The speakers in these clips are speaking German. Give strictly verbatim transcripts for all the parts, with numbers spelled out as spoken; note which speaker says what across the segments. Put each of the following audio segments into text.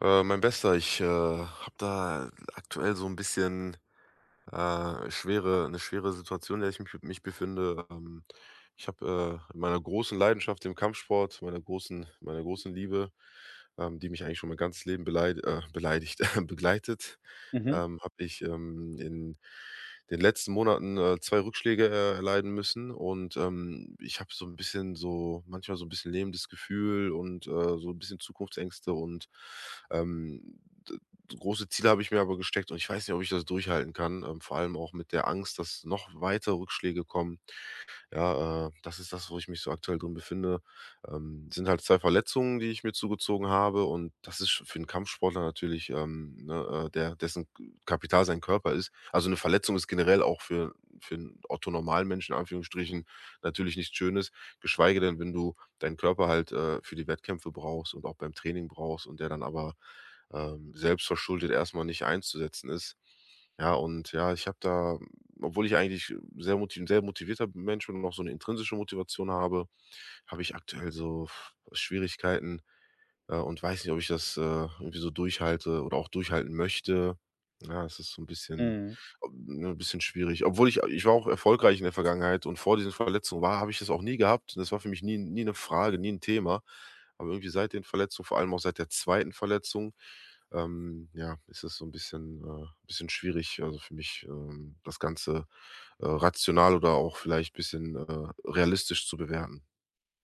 Speaker 1: Äh, mein Bester, ich äh, habe da aktuell so ein bisschen äh, schwere 'ne schwere Situation, in der ich mich mich befinde. Ähm, ich habe, äh, in meiner großen Leidenschaft, dem Kampfsport, meiner großen meiner großen Liebe, ähm, die mich eigentlich schon mein ganzes Leben beleid äh, beleidigt begleitet,
Speaker 2: Mhm.
Speaker 1: ähm, habe ich, ähm, in den letzten Monaten, äh, zwei Rückschläge, äh, erleiden müssen und, ähm, ich habe so ein bisschen so manchmal so ein bisschen lebendes Gefühl und, äh, so ein bisschen Zukunftsängste und, ähm, große Ziele habe ich mir aber gesteckt und ich weiß nicht, ob ich das durchhalten kann, ähm, vor allem auch mit der Angst, dass noch weitere Rückschläge kommen. Ja, äh, das ist das, wo ich mich so aktuell drin befinde. Ähm, sind halt zwei Verletzungen, die ich mir zugezogen habe und das ist für einen Kampfsportler natürlich, ähm, ne, äh, der dessen Kapital sein Körper ist. Also, eine Verletzung ist generell auch für für einen Otto-Normalmenschen in Anführungsstrichen natürlich nichts Schönes, geschweige denn, wenn du deinen Körper halt, äh, für die Wettkämpfe brauchst und auch beim Training brauchst und der dann aber, ähm, selbstverschuldet erstmal nicht einzusetzen ist. Ja, und ja, ich habe da obwohl ich eigentlich sehr motiv sehr motivierter Mensch bin und auch so eine intrinsische Motivation habe, habe ich aktuell so Schwierigkeiten, äh, und weiß nicht, ob ich das, äh, irgendwie so durchhalte oder auch durchhalten möchte. Ja, es ist so ein bisschen
Speaker 2: Mhm.
Speaker 1: ob- ne, ein bisschen schwierig. Obwohl ich ich war auch erfolgreich in der Vergangenheit und vor diesen Verletzungen war habe ich das auch nie gehabt. Das war für mich nie nie eine Frage, nie ein Thema. Aber irgendwie seit den Verletzungen, vor allem auch seit der zweiten Verletzung, ähm, ja, ist es so ein bisschen, äh bisschen schwierig, also für mich, ähm, das Ganze äh, rational oder auch vielleicht bisschen, äh, realistisch zu bewerten.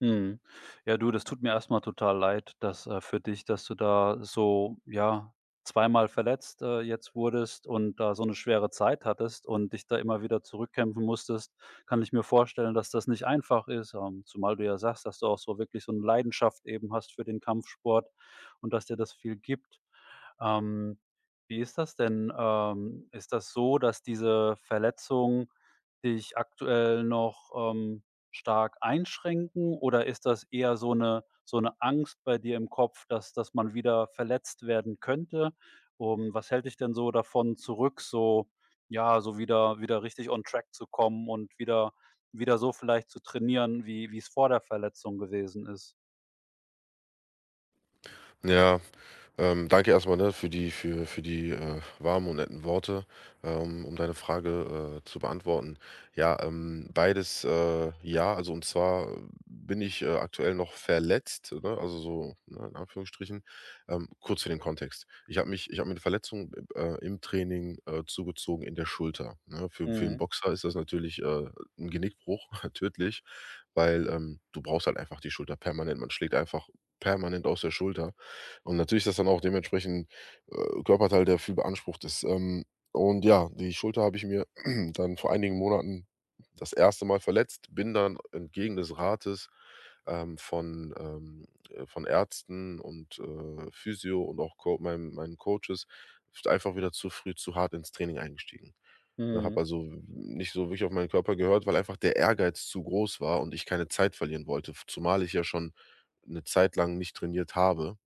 Speaker 2: Mhm. Ja, du, das tut mir erstmal total leid, dass, äh, für dich dass du da so, ja, zweimal verletzt, äh, jetzt wurdest und da so eine schwere Zeit hattest und dich da immer wieder zurückkämpfen musstest, kann ich mir vorstellen, dass das nicht einfach ist, ähm, zumal du ja sagst, dass du auch so wirklich so eine Leidenschaft eben hast für den Kampfsport und dass dir das viel gibt. Ähm, Wie ist das denn? Ähm, ist das so, dass diese Verletzungen dich aktuell noch, ähm, stark einschränken oder ist das eher so eine so eine Angst bei dir im Kopf, dass dass man wieder verletzt werden könnte? Um, was hält dich denn so davon zurück, so ja, so wieder wieder richtig on track zu kommen und wieder wieder so vielleicht zu trainieren, wie wie es vor der Verletzung gewesen ist?
Speaker 1: Ja. Ähm, danke erstmal ne, für die, für, für die äh, warmen und netten Worte, ähm, um deine Frage äh, zu beantworten. Ja, ähm, beides äh, ja, also und zwar bin ich äh, aktuell noch verletzt, ne, also so ne, in Anführungsstrichen, ähm, kurz für den Kontext. Ich habe mich, ich habe mir eine Verletzung äh, im Training äh, zugezogen in der Schulter. Ne. Für, für einen
Speaker 2: Mhm.
Speaker 1: Boxer ist das natürlich äh, ein Genickbruch, tödlich, weil ähm, du brauchst halt einfach die Schulter permanent. Man schlägt einfach permanent aus der Schulter. Und natürlich ist das dann auch dementsprechend, äh, Körperteil, der viel beansprucht ist. Ähm, und ja, die Schulter habe ich mir dann vor einigen Monaten das erste Mal verletzt, bin dann entgegen des Rates, ähm, von, ähm, äh, von Ärzten und, äh, Physio und auch Co meinen meinen Coaches einfach wieder zu früh zu hart ins Training eingestiegen. Ne, habe
Speaker 2: Mhm.
Speaker 1: also nicht so wirklich auf meinen Körper gehört, weil einfach der Ehrgeiz zu groß war und ich keine Zeit verlieren wollte, zumal ich ja schon eine Zeit lang nicht trainiert habe.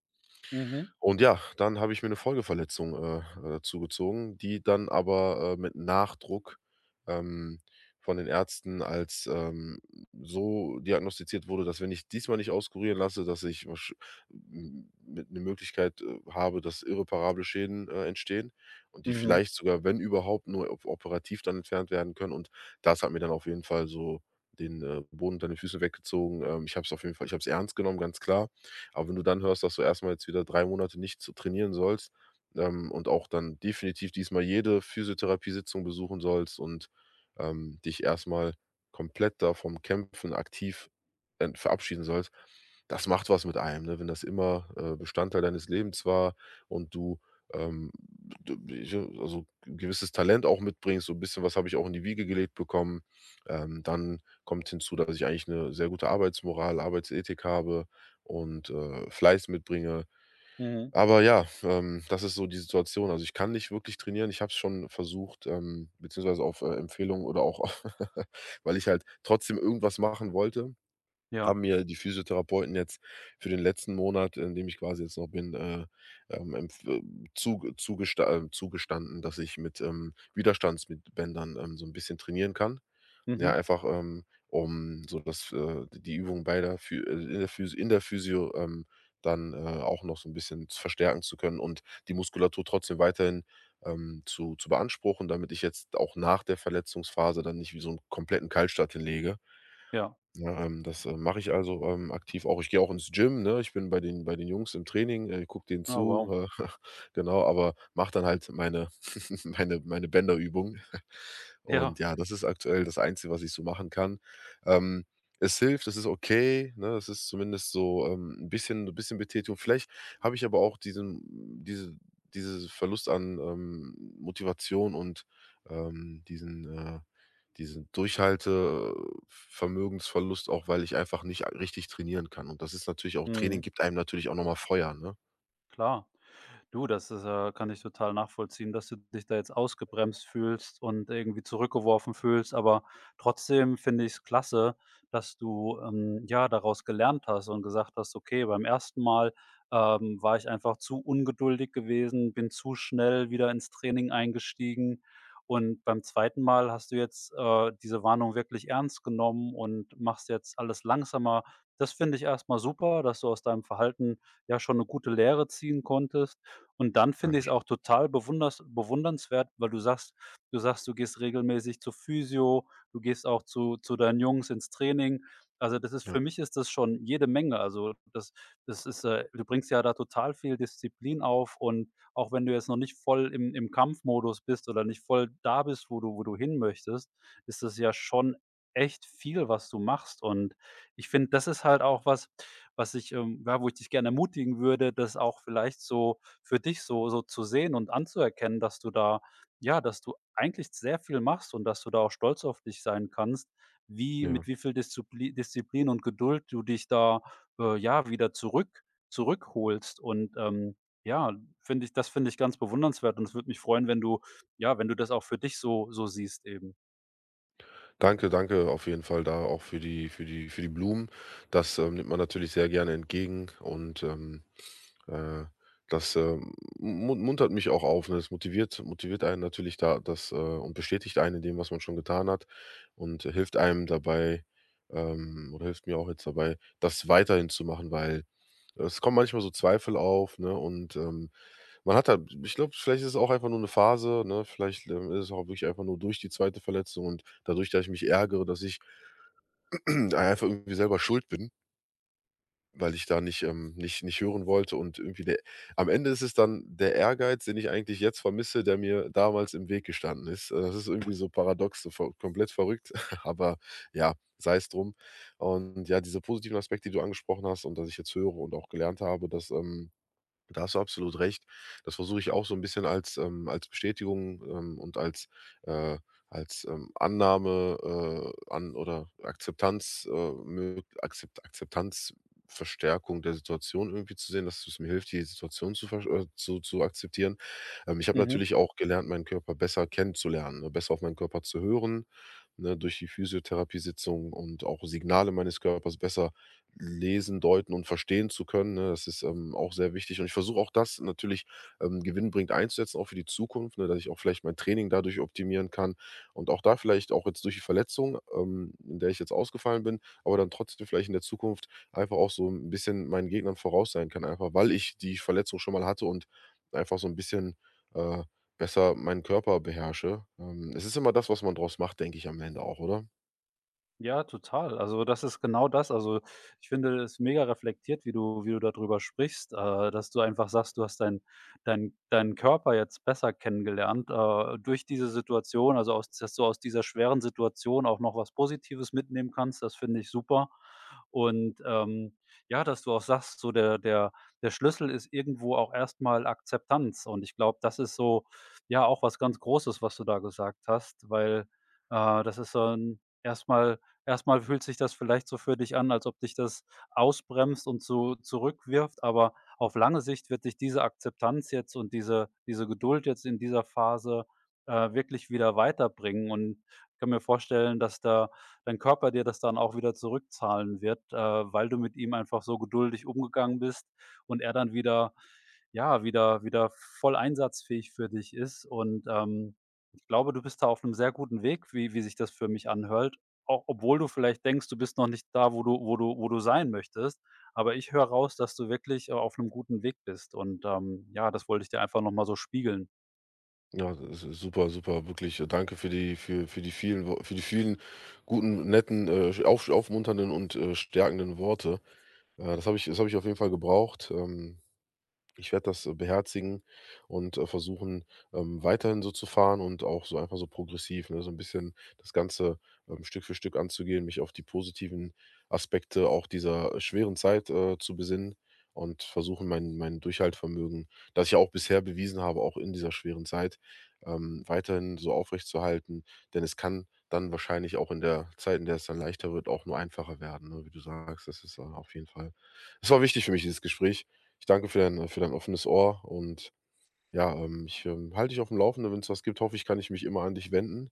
Speaker 2: Mhm.
Speaker 1: Und ja, dann habe ich mir eine Folgeverletzung, äh, äh, zugezogen, die dann aber, äh, mit Nachdruck, ähm, von den Ärzten als, ähm, so diagnostiziert wurde, dass wenn ich diesmal nicht auskurieren lasse, dass ich wahrsch m mit eine Möglichkeit, äh, habe, dass irreparable Schäden, äh, entstehen und die
Speaker 2: Mhm.
Speaker 1: vielleicht sogar, wenn überhaupt, nur op operativ dann entfernt werden können. Und das hat mir dann auf jeden Fall so den, äh, Boden unter den Füßen weggezogen. Ähm, ich habe es auf jeden Fall ich habe es ernst genommen, ganz klar. Aber wenn du dann hörst, dass du erstmal jetzt wieder drei Monate nicht so trainieren sollst, ähm, und auch dann definitiv diesmal jede Physiotherapiesitzung besuchen sollst und, ähm, dich erstmal komplett da vom Kämpfen aktiv ent verabschieden sollst, das macht was mit einem, ne? Wenn das immer, äh, Bestandteil deines Lebens war und du, ähm, d also, 'n gewisses Talent auch mitbringst, so ein bisschen was habe ich auch in die Wiege gelegt bekommen. Ähm, dann kommt hinzu, dass ich eigentlich eine sehr gute Arbeitsmoral, Arbeitsethik habe, und, äh, Fleiß mitbringe.
Speaker 2: Mhm.
Speaker 1: Aber ja, ähm, das ist so die Situation. Also, ich kann nicht wirklich trainieren. Ich habe es schon versucht, ähm, beziehungsweise auf, äh, Empfehlung oder auch weil ich halt trotzdem irgendwas machen wollte,
Speaker 2: Ja.
Speaker 1: haben mir die Physiotherapeuten jetzt für den letzten Monat, in dem ich quasi jetzt noch bin, äh, ähm, empf äh, zuge zugesta äh, zugestanden, dass ich mit, ähm, Widerstandsbändern, ähm, so ein bisschen trainieren kann. Ja,
Speaker 2: Mhm.
Speaker 1: einfach, ähm, um so dass, äh, die Übung bei der Phy äh, in der Physio in der Physio, ähm, dann, äh, auch noch so 'n bisschen z verstärken zu können und die Muskulatur trotzdem weiterhin, ähm, zu zu beanspruchen, damit ich jetzt auch nach der Verletzungsphase dann nicht wie so 'n kompletten Kaltstart hinlege.
Speaker 2: Ja.
Speaker 1: Ja, ähm, das, äh, mache ich also, ähm, aktiv auch. Ich gehe auch ins Gym, ne? Ich bin bei den bei den Jungs im Training, äh, gucke denen
Speaker 2: Oh
Speaker 1: zu,
Speaker 2: wow.
Speaker 1: äh, genau, aber mache dann halt meine meine meine Bänderübung. Und
Speaker 2: Ja,
Speaker 1: ja, das ist aktuell das Einzige, was ich so machen kann. Ähm, Es hilft, es ist okay, ne? Es ist zumindest so, ähm, 'n bisschen ein bisschen Betätigung. Vielleicht habe ich aber auch diesen diese diese Verlust an, ähm, Motivation und, ähm, diesen, äh diesen Durchhalte Vermögensverlust, auch weil ich einfach nicht richtig trainieren kann. Und das ist natürlich auch Training
Speaker 2: mhm,
Speaker 1: gibt einem natürlich auch noch mal Feuer, ne?
Speaker 2: klar. Du, das ist, äh, kann ich total nachvollziehen, dass du dich da jetzt ausgebremst fühlst und irgendwie zurückgeworfen fühlst, aber trotzdem finde ich es klasse, dass du, ähm, ja, daraus gelernt hast und gesagt hast: „Okay, beim ersten Mal, ähm, war ich einfach zu ungeduldig gewesen, bin zu schnell wieder ins Training eingestiegen.“ Und beim zweiten Mal hast du jetzt, äh, diese Warnung wirklich ernst genommen und machst jetzt alles langsamer. Das finde ich erstmal super, dass du aus deinem Verhalten ja schon eine gute Lehre ziehen konntest. Und dann finde ich es
Speaker 1: Dankeschön.
Speaker 2: auch total bewunders bewundernswert, weil du sagst du sagst, du gehst regelmäßig zur Physio, du gehst auch zu zu deinen Jungs ins Training. Also, das ist
Speaker 1: Ja,
Speaker 2: für mich ist das schon jede Menge. Also, das das ist, äh, du bringst ja da total viel Disziplin auf und auch wenn du jetzt noch nicht voll im im Kampfmodus bist oder nicht voll da bist, wo du wo du hin möchtest, ist das ja schon echt viel, was du machst. Und ich finde, das ist halt auch was, was ich ähm, ja, wo ich dich gerne ermutigen würde, das auch vielleicht so für dich so so zu sehen und anzuerkennen, dass du da ja, dass du eigentlich sehr viel machst und dass du da auch stolz auf dich sein kannst, wie
Speaker 1: ja.
Speaker 2: mit wie viel Diszupli Disziplin und Geduld du dich da, äh, ja, wieder zurück zurückholst. Und, ähm, ja, finde ich das finde ich ganz bewundernswert und es würde mich freuen, wenn du ja, wenn du das auch für dich so so siehst eben.
Speaker 1: Danke, danke auf jeden Fall da auch für die für die für die Blumen. Das, ähm, nimmt man natürlich sehr gerne entgegen und, ähm Äh, das, ähm, mun muntert mich auch auf, ne? Es motiviert motiviert einen natürlich da das, äh und bestätigt einen in dem, was man schon getan hat und hilft einem dabei, ähm oder hilft mir auch jetzt dabei, das weiterhin zu machen, weil es kommen manchmal so Zweifel auf, ne, und, ähm, man hat halt ich glaube, vielleicht ist es auch einfach nur eine Phase, ne? Vielleicht, ähm, ist es auch wirklich einfach nur durch die zweite Verletzung und dadurch, dass ich mich ärgere, dass ich einfach irgendwie selber schuld bin. Weil ich da nicht ähm, nicht nicht hören wollte und irgendwie der am Ende ist es dann der Ehrgeiz, den ich eigentlich jetzt vermisse, der mir damals im Weg gestanden ist. Äh, das ist irgendwie so paradox, so ver komplett verrückt, aber ja, sei es drum. Und ja, diese positiven Aspekte, die du angesprochen hast und dass ich jetzt höre und auch gelernt habe, dass, ähm da hast du absolut recht. Das versuche ich auch so ein bisschen als, ähm als Bestätigung, ähm, und als, äh als, ähm, Annahme, äh, an oder Akzeptanz, äh, mög Akzept Akzeptanzverstärkung der Situation irgendwie zu sehen, dass es mir hilft, die Situation zu versch äh, zu zu akzeptieren. Ähm, ich habe
Speaker 2: Mhm.
Speaker 1: natürlich auch gelernt, meinen Körper besser kennenzulernen, ne, besser auf meinen Körper zu hören, ne, durch die Physiotherapiesitzung und auch Signale meines Körpers besser lesen, deuten und verstehen zu können. Ne? Das ist ähm, auch sehr wichtig. Und ich versuche auch das natürlich ähm, gewinnbringend einzusetzen, auch für die Zukunft, ne? Dass ich auch vielleicht mein Training dadurch optimieren kann und auch da vielleicht auch jetzt durch die Verletzung, ähm, in der ich jetzt ausgefallen bin, aber dann trotzdem vielleicht in der Zukunft einfach auch so ein bisschen meinen Gegnern voraus sein kann, einfach weil ich die Verletzung schon mal hatte und einfach so ein bisschen äh, besser meinen Körper beherrsche. Ähm, es ist immer das, was man draus macht, denke ich am Ende auch, oder?
Speaker 2: Ja, total. Also, das ist genau das. Also, ich finde es mega reflektiert, wie du wie du da drüber sprichst, äh, dass du einfach sagst, du hast deinen deinen deinen Körper jetzt besser kennengelernt, äh, durch diese Situation, also, aus dass du aus dieser schweren Situation auch noch was Positives mitnehmen kannst, das finde ich super. Und, ähm, ja, dass du auch sagst, so der der der Schlüssel ist irgendwo auch erstmal Akzeptanz. Und ich glaube, das ist so, ja, auch was ganz Großes, was du da gesagt hast, weil, äh, das ist so 'n erst erstmal fühlt sich das vielleicht so für dich an, als ob dich das ausbremst und so zurückwirft, aber auf lange Sicht wird dich diese Akzeptanz jetzt und diese diese Geduld jetzt in dieser Phase, äh, wirklich wieder weiterbringen. Und ich kann mir vorstellen, dass da dein Körper dir das dann auch wieder zurückzahlen wird, äh, weil du mit ihm einfach so geduldig umgegangen bist und er dann wieder ja, wieder wieder voll einsatzfähig für dich ist. Und, ähm, ich glaube, du bist da auf einem sehr guten Weg, wie wie sich das für mich anhört. Auch obwohl du vielleicht denkst, du bist noch nicht da, wo du wo du wo du sein möchtest. Aber ich höre raus, dass du wirklich, äh, auf einem guten Weg bist und, ähm, ja, das wollte ich dir einfach noch mal so spiegeln.
Speaker 1: Ja, s super, super, wirklich. äh, Danke für die für für die vielen Wo für die vielen guten, netten, äh, auf aufmunternden und, äh, stärkenden Worte. Äh, das habe ich das habe ich auf jeden Fall gebraucht. Ähm ich werde das, äh, beherzigen und, äh, versuchen, ähm, weiterhin so zu fahren und auch so einfach so progressiv, ne, so 'n bisschen das Ganze, ähm, Stück für Stück anzugehen, mich auf die positiven Aspekte auch dieser äh, schweren Zeit, äh, zu besinnen und versuchen, mein mein Durchhaltvermögen, das ich ja auch bisher bewiesen habe, auch in dieser schweren Zeit, ähm, weiterhin so aufrechtzuerhalten. Denn es kann dann wahrscheinlich auch in der Zeit, in der es dann leichter wird, auch nur einfacher werden, ne, wie du sagst. Das ist, äh, auf jeden Fall es war wichtig für mich, dieses Gespräch ich danke für dein äh, für dein offenes Ohr und ja, ähm, ich, ähm, halte dich auf dem Laufenden, wenn es was gibt. Hoffe ich, kann ich mich immer an dich wenden.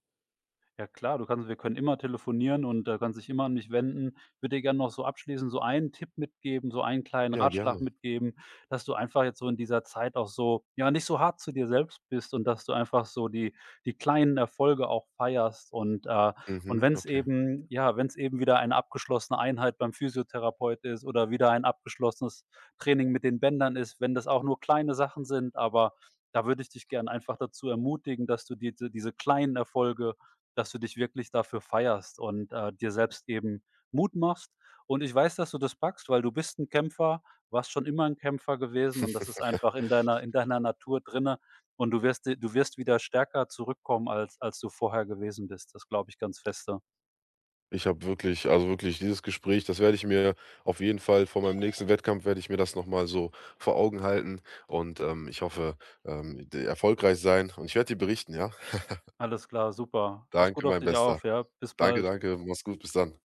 Speaker 2: Ja klar, du kannst wir können immer telefonieren und, äh, kannst dich immer an mich wenden. Ich würde dir gern noch so abschließend so einen Tipp mitgeben, so einen kleinen
Speaker 1: Ja,
Speaker 2: Ratschlag
Speaker 1: gerne.
Speaker 2: mitgeben, dass du einfach jetzt so in dieser Zeit auch so, ja, nicht so hart zu dir selbst bist und dass du einfach so die die kleinen Erfolge auch feierst und, äh, und
Speaker 1: Mhm,
Speaker 2: wenn es
Speaker 1: okay.
Speaker 2: eben ja, wenn es eben wieder eine abgeschlossene Einheit beim Physiotherapeut ist oder wieder ein abgeschlossenes Training mit den Bändern ist, wenn das auch nur kleine Sachen sind, aber da würde ich dich gern einfach dazu ermutigen, dass du diese diese kleinen Erfolge dass du dich wirklich dafür feierst und, äh, dir selbst eben Mut machst. Und ich weiß, dass du das packst, weil du bist ein Kämpfer, warst schon immer ein Kämpfer gewesen und das ist einfach in deiner in deiner Natur drinne und du wirst di du wirst wieder stärker zurückkommen, als als du vorher gewesen bist. Das glaube ich ganz feste.
Speaker 1: Ich habe wirklich also wirklich dieses Gespräch, das werde ich mir auf jeden Fall vor meinem nächsten Wettkampf werde ich mir das noch mal so vor Augen halten und, ähm, ich hoffe, ähm, d erfolgreich sein und ich werde dir berichten, ja?
Speaker 2: Alles klar, super. Pass gut
Speaker 1: Danke,
Speaker 2: auf
Speaker 1: mein
Speaker 2: dich
Speaker 1: Bester.
Speaker 2: auf, ja? Bis
Speaker 1: Danke,
Speaker 2: bald.
Speaker 1: danke. Mach's gut. Bis dann.